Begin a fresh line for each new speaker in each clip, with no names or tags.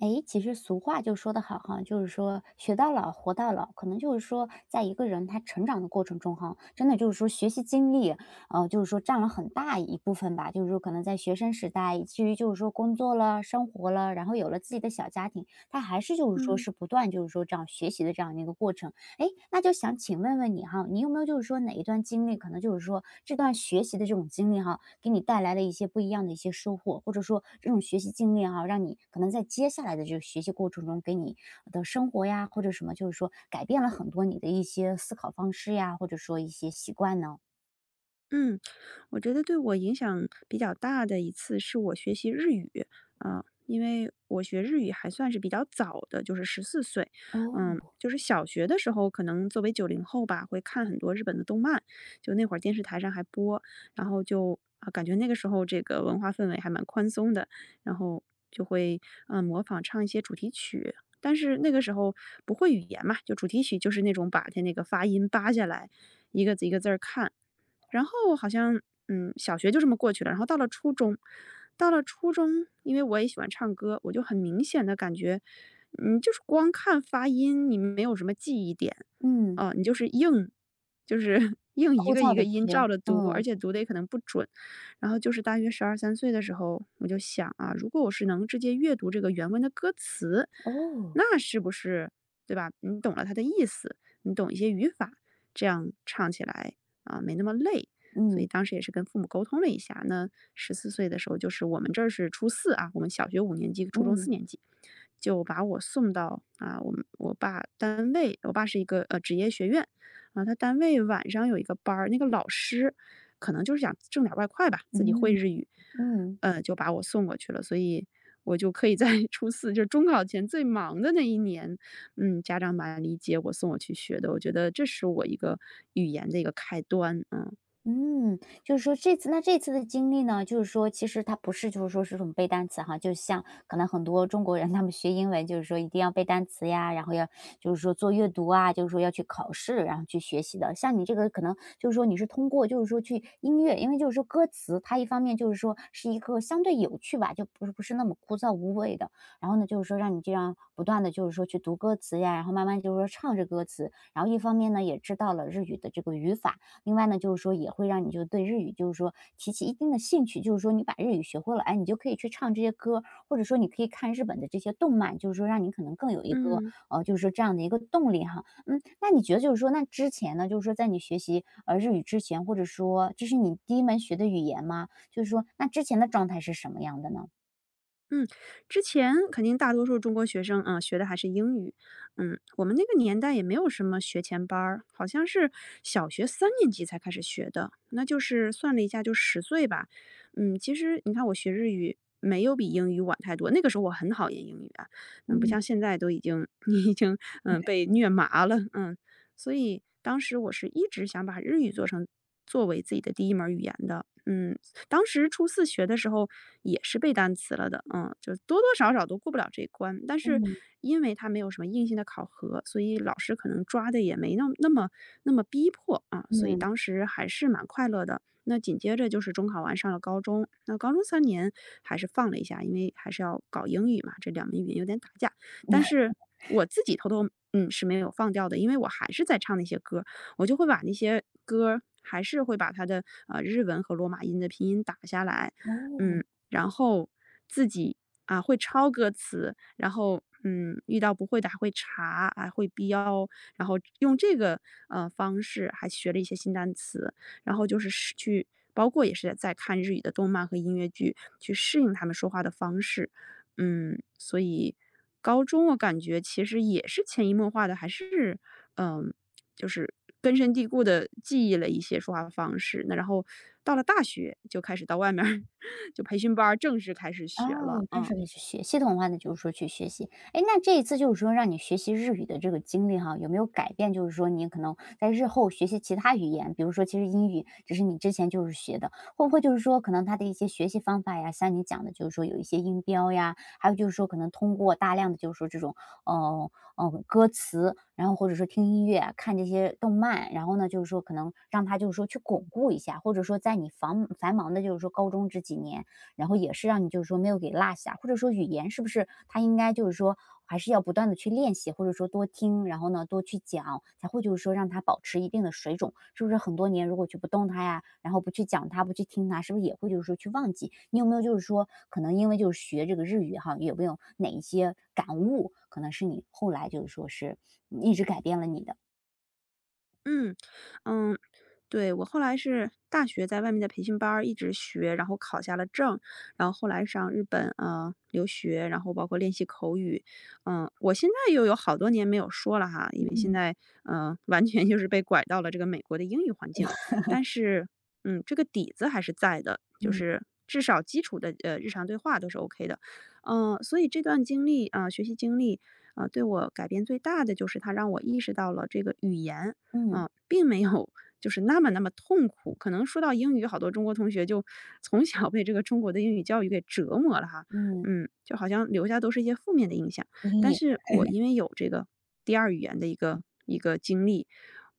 诶，其实俗话就说得好哈，就是说“学到老，活到老”。可能就是说，在一个人他成长的过程中哈，真的就是说学习经历，就是说占了很大一部分吧。就是说可能在学生时代，以至于就是说工作了、生活了，然后有了自己的小家庭，他还是就是说
嗯
是不断就是说这样学习的这样的一个过程。诶，那就想请问问你哈，你有没有就是说哪一段经历，可能就是说这段学习的这种经历哈，给你带来了一些不一样的一些收获，或者说这种学习经历哈，让你可能在接下来的这个学习过程中，给你的生活呀，或者什么，就是说改变了很多你的一些思考方式呀，或者说一些习惯呢？
嗯，我觉得对我影响比较大的一次是我学习日语。因为我学日语还算是比较早的，就是十四岁，
哦。
就是小学的时候，可能作为90后吧，会看很多日本的动漫。就那会儿电视台上还播，然后就感觉那个时候这个文化氛围还蛮宽松的。然后就会模仿唱一些主题曲。但是那个时候不会语言嘛，就主题曲就是那种把它那个发音扒下来，一个字一个字儿看。然后好像，小学就这么过去了。然后到了初中，因为我也喜欢唱歌，我就很明显的感觉，就是光看发音，你没有什么记忆点。
嗯，
啊，你就是就是 硬一
枯
个
燥
一个
的
音
学，
照着读，而
嗯。
且读的也可能不准。然后就是大约十二三岁的时候，我就想啊，如果我是能直接阅读这个原文的歌词，
哦。
那是不是，对吧？你懂了它的意思，你懂一些语法，这样唱起来。啊，没那么累。所以
嗯。
当时也是跟父母沟通了一下，那十四岁的时候，就是我们这儿是初四啊，我们小学5年级、初中四
嗯。
年级，就把我送到，啊，我爸单位，我爸是一个，职业学院。啊，他单位晚上有一个班儿，那个老师可能就是想挣点外快吧，自己会
嗯。
日语，
嗯。
就把我送过去了。所以我就可以在 初四，就是中考前最忙的那一年，家长蛮理解我，送我去学的，我觉得这是我一个语言的一个开端。嗯。
嗯，就是说这次的经历呢，就是说其实它不是就是说是这种背单词哈，就像可能很多中国人他们学英文，就是说一定要背单词呀，然后要就是说做阅读啊，就是说要去考试，然后去学习的。像你这个可能就是说你是通过就是说去音乐，因为就是说歌词它一方面就是说是一个相对有趣吧，就不是那么枯燥无味的。然后呢，就是说让你这样不断的就是说去读歌词呀，然后慢慢就是说唱着歌词，然后一方面呢也知道了日语的这个语法。另外呢，就是说也会让你就对日语就是说提起一定的兴趣，就是说你把日语学会了，哎，你就可以去唱这些歌，或者说你可以看日本的这些动漫，就是说让你可能更有一个，
嗯。
就是说这样的一个动力哈。嗯，那你觉得就是说，那之前呢，就是说在你学习，日语之前，或者说这是你第一门学的语言吗？就是说那之前的状态是什么样的呢？
嗯，之前肯定大多数中国学生啊，学的还是英语。我们那个年代也没有什么学前班儿，好像是小学3年级才开始学的，那就是算了一下就10岁吧。其实你看我学日语没有比英语晚太多。那个时候我很讨厌英语啊，不
嗯。
像现在都已经 你已经被虐麻了。嗯，所以当时我是一直想把日语作为自己的第一门儿语言的。嗯，当时初四学的时候也是背单词了的，就多多少少都过不了这一关。但是
嗯。
因为它没有什么硬性的考核，所以老师可能抓的也没那么逼迫啊，所以
嗯。
当时还是蛮快乐的。那紧接着就是中考完上了高中。那高中三年还是放了一下，因为还是要搞英语嘛，这两门语言有点打架。但 是我自己偷偷是没有放掉的，因为我还是在唱那些歌，我就会把那些歌还是会把它的日文和罗马音的拼音打下来。
哦。
嗯，然后自己会抄歌词，然后遇到不会的还会查，还会标，然后用这个方式还学了一些新单词，然后就是去。包括也是在看日语的动漫和音乐剧，去适应他们说话的方式。所以高中我感觉其实也是潜移默化的，还是嗯、就是根深蒂固的记忆了一些说话方式。那然后到了大学就开始到外面儿 就培训班儿正式开始学了。
哦，专
嗯。
属的去学，系统化的，就是说去学习。哎，那这一次就是说让你学习日语的这个经历哈，有没有改变就是说你可能在日后学习其他语言，比如说其实英语只是你之前就是学的，会不会就是说可能他的一些学习方法呀，像你讲的就是说有一些音标呀，还有就是说可能通过大量的就是说这种，呃，歌词，然后或者说听音乐啊、看这些动漫，然后呢，就是说可能让他就是说去巩固一下，或者说在你繁忙的就是说高中这几年，然后也是让你就是说没有给落下，或者说语言是不是它应该就是说还是要不断的去练习，或者说多听，然后呢多去讲，才会就是说让它保持一定的水准。是不是很多年如果去不动它呀，然后不去讲它，不去听它，是不是也会就是说去忘记？你有没有就是说可能因为就是学这个日语哈，有没有哪一些感悟，可能是你后来就是说是一直改变了你的？
嗯，嗯，对，我后来是大学在外面的培训班儿一直学，然后考下了证，然后后来上日本留学，然后包括练习口语。我现在又有好多年没有说了哈。因为现
嗯。
在完全就是被拐到了这个美国的英语环境，但是这个底子还是在的，就
嗯
是至少基础的日常对话都是 OK 的。所以这段经历啊、学习经历对我改变最大的就是它让我意识到了这个语言
嗯
并没有就是那么那么痛苦。可能说到英语，好多中国同学就从小被这个中国的英语教育给折磨了哈。
嗯，
就好像留下都是一些负面的印象。
阴
但
影。
是我因为有这个第二语言的一个经历，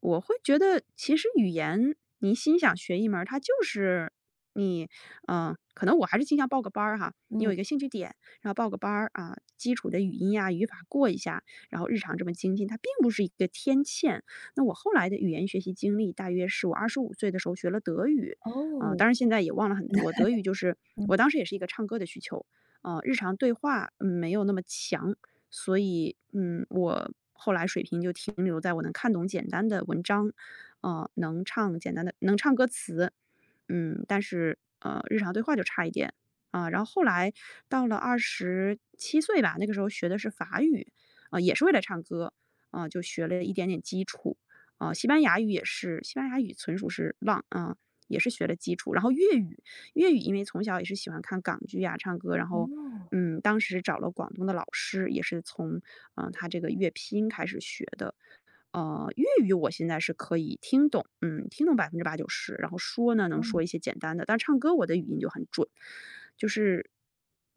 我会觉得其实语言你心想学一门儿它就是你。可能我还是倾向报个班儿哈。你有
嗯。
一个兴趣点，然后报个班儿啊，基础的语音呀、语法过一下，然后日常这么精进，它并不是一个天堑。那我后来的语言学习经历大约是我25岁的时候学了德语。啊，
哦。
当然现在也忘了很多。德语就是
嗯。
我当时也是一个唱歌的需求，啊，日常对话，没有那么强。所以，我后来水平就停留在我能看懂简单的文章，能唱简单的能唱歌词，但是，日常对话就差一点。啊，然后后来到了27岁吧，那个时候学的是法语，啊，也是为了唱歌，啊，就学了一点点基础。啊，西班牙语也是，西班牙语纯属是浪啊，也是学的基础。然后粤语。粤语因为从小也是喜欢看港剧呀、唱歌，然后
哦。
当时找了广东的老师，也是从他这个粤拼开始学的。粤语我现在是可以听懂，听懂百分之八九十，然后说呢，能说一
哦。
些简单的，但唱歌我的语音就很准。就是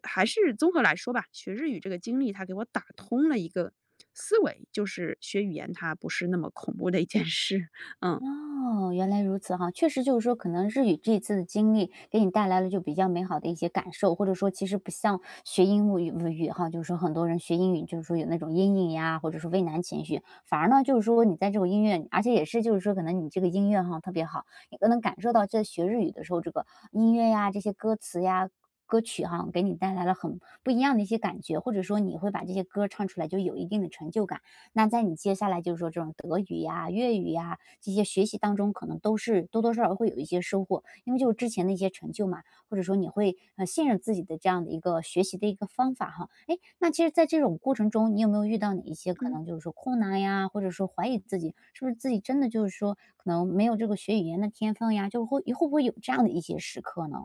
还是综合来说吧，学日语这个经历，它给我打通了一个思维，就是学语言它不是那么恐怖的一件事。嗯
哦，原来如此哈，确实就是说，可能日语这一次的经历给你带来了就比较美好的一些感受，或者说其实不像学英语语哈，就是说很多人学英语就是说有那种阴影呀，或者说畏难情绪，反而呢就是说你在这种音乐，而且也是就是说可能你这个音乐哈特别好，你可能感受到在学日语的时候，这个音乐呀这些歌词呀。歌曲哈，给你带来了很不一样的一些感觉，或者说你会把这些歌唱出来，就有一定的成就感。那在你接下来就是说这种德语呀、粤语呀，这些学习当中可能都是多多少少会有一些收获，因为就是之前的一些成就嘛，或者说你会，信任自己的这样的一个学习的一个方法哈。哎，那其实在这种过程中，你有没有遇到哪一些可
嗯。
能就是说困难呀，或者说怀疑自己，是不是自己真的就是说可能没有这个学语言的天分呀，就会不会有这样的一些时刻呢？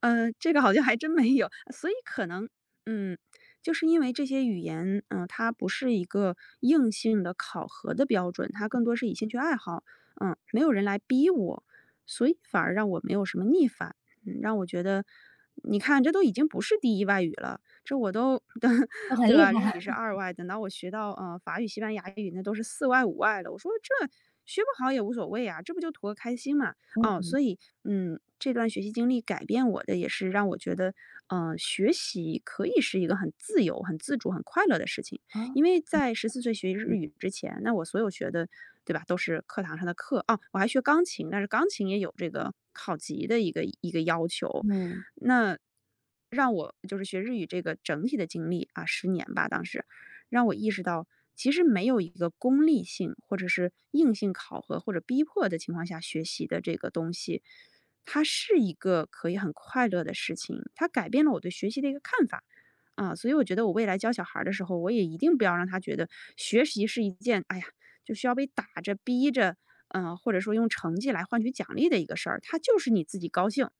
这个好像还真没有。所以可能，嗯，就是因为这些语言，它不是一个硬性的考核的标准，它更多是以兴趣爱好，没有人来逼我，所以反而让我没有什么逆反。让我觉得，你看，这都已经不是第一外语了，这我都，
就很
对
厉
吧？日
害
语是
了，
二外，等到我学到法语、西班牙语，那都是四外、五外了。我说这学不好也无所谓啊，这不就图个开心嘛。
嗯。
哦，所以，这段学习经历改变我的也是让我觉得，学习可以是一个很自由、很自主、很快乐的事情。
哦。
因为在十四岁学日语之前，那我所有学的，对吧，都是课堂上的课。啊。我还学钢琴，但是钢琴也有这个考级的一个要求。
嗯。
那让我就是学日语这个整体的经历啊10年吧，当时让我意识到，其实没有一个功利性或者是硬性考核或者逼迫的情况下学习的这个东西，它是一个可以很快乐的事情，它改变了我对学习的一个看法。啊，所以我觉得我未来教小孩儿的时候，我也一定不要让他觉得学习是一件，哎呀，就需要被打着、逼着，或者说用成绩来换取奖励的一个事儿。它就是你自己高兴，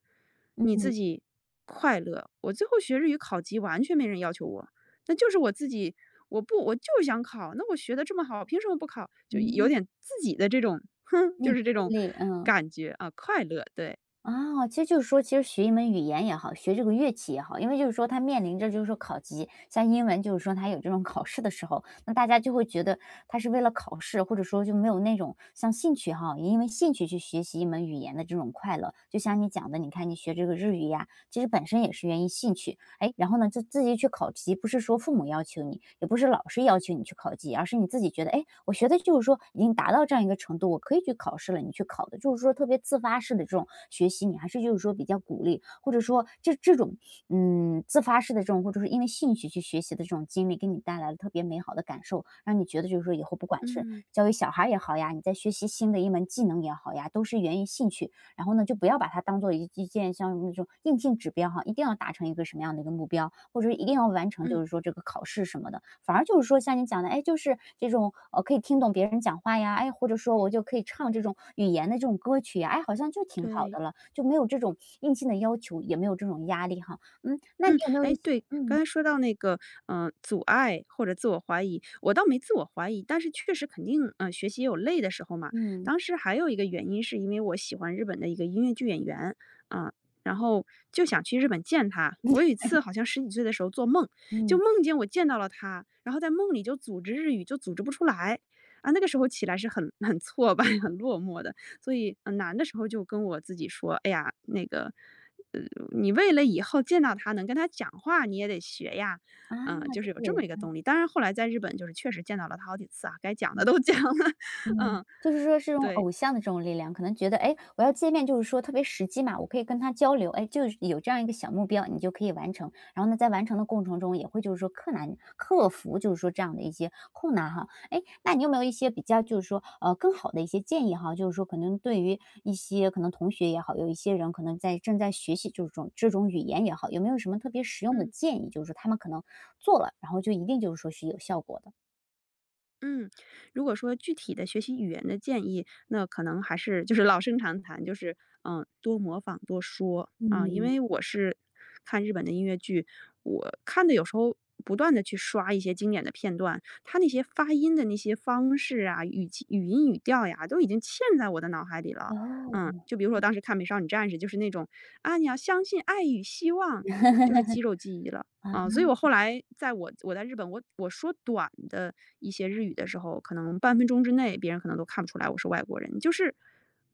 你
嗯。
自己快乐。我最后学日语考级，完全没人要求我，那就是我自己，我不我就是想考，那我学的这么好，凭什么不考？就有
嗯，
点自己的这种，哼，
内
就
驱
是这种
力，嗯。
感觉啊。快乐，对，
啊，其实就是说，其实学一门语言也好，学这个乐器也好，因为就是说它面临着就是说考级，像英文就是说它有这种考试的时候，那大家就会觉得它是为了考试，或者说就没有那种像兴趣哈，也因为兴趣去学习一门语言的这种快乐。就像你讲的，你看你学这个日语呀，其实本身也是源于兴趣。哎，然后呢，自己去考级，不是说父母要求你，也不是老师要求你去考级，而是你自己觉得，哎，我学的就是说已经达到这样一个程度，我可以去考试了，你去考的，就是说特别自发式的这种学习，你还是就是说比较鼓励，或者说这种嗯自发式的这种，或者是因为兴趣去学习的这种经历，给你带来了特别美好的感受，让你觉得就是说以后不管是
嗯
教育小孩儿也好呀，你在学习新的一门技能也好呀，都是源于兴趣，然后呢，就不要把它当做一件像那种硬性指标哈，一定要达成一个什么样的一个目标，或者是一定要完成，
嗯，
就是说这个考试什么的。反而就是说像你讲的，哎，就是这种可以听懂别人讲话呀，哎，或者说我就可以唱这种语言的这种歌曲呀，哎，好像就挺好的
对。
了，就没有这种硬性的要求，也没有这种压力哈。嗯，那你
嗯，
有没有一
哎，
些
对，刚
嗯。
才说到那个，阻碍或者自我怀疑，我倒没自我怀疑。但是确实肯定，学习也有累的时候嘛。
嗯。
当时还有一个原因是因为我喜欢日本的一个音乐剧演员，啊、然后就想去日本见他。我有一次好像十几岁的时候做梦，就
嗯。
梦见我见到了他，然后在梦里就组织日语就组织不出来。啊，那个时候起来是很挫败、很落寞的。所以，难的时候就跟我自己说，哎呀，那个。呃，你为了以后见到他能跟他讲话，你也得学呀。
啊，
就
就
是有
是
这
有
么一个动力。当然后来在日本就是确实见到了他好几次啊，该讲的都 讲了。
嗯，
嗯，
就是说这种
对，
偶像的这种力量，可能觉得，哎，诶我要见面就是说特别实际嘛，我可以跟他交流，哎，就是有这样一个小目标，你就可以完成。然后呢，在完成的过程中，也会就是说克难克服，就是说这样的一些困难哈。哎，那你有没有一些比较就是说更好的一些建议哈？就是说可能对于一些可能同学也好，有一些人可能在正在学习就是这种语言也好，有没有什么特别实用的
嗯。
建议？就是说他们可能做了，然后就一定就是说是有效果的。
嗯，如果说具体的学习语言的建议，那可能还是就是老生常谈，就是多模仿多说啊。因
嗯，
为我是看日本的音乐剧，我看的有时候不断的去刷一些经典的片段，它那些发音的那些方式啊，语气、语音、语调呀，都已经嵌在我的脑海里了。
然后。
就比如说我当时看《美少女战士》，就是那种啊，你要相信爱与希望，就是肌肉记忆了。啊，所以我后来我在日本，我说短的一些日语的时候，可能半分钟之内，别人可能都看不出来我是外国人，就是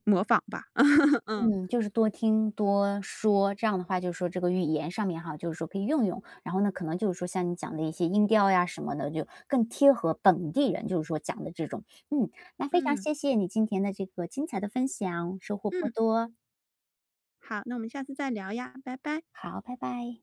模仿吧。嗯
嗯，就是多听多说，这样的话就是说这个语言上面哈，就是说可以用用，然后呢，可能就是说像你讲的一些音调呀什么的，就更贴合本地人，就是说讲的这种。嗯，那非常
嗯
谢谢你今天的这个精彩的分享，收获颇
嗯，
多。
好，那我们下次再聊呀，拜拜。
好，拜拜。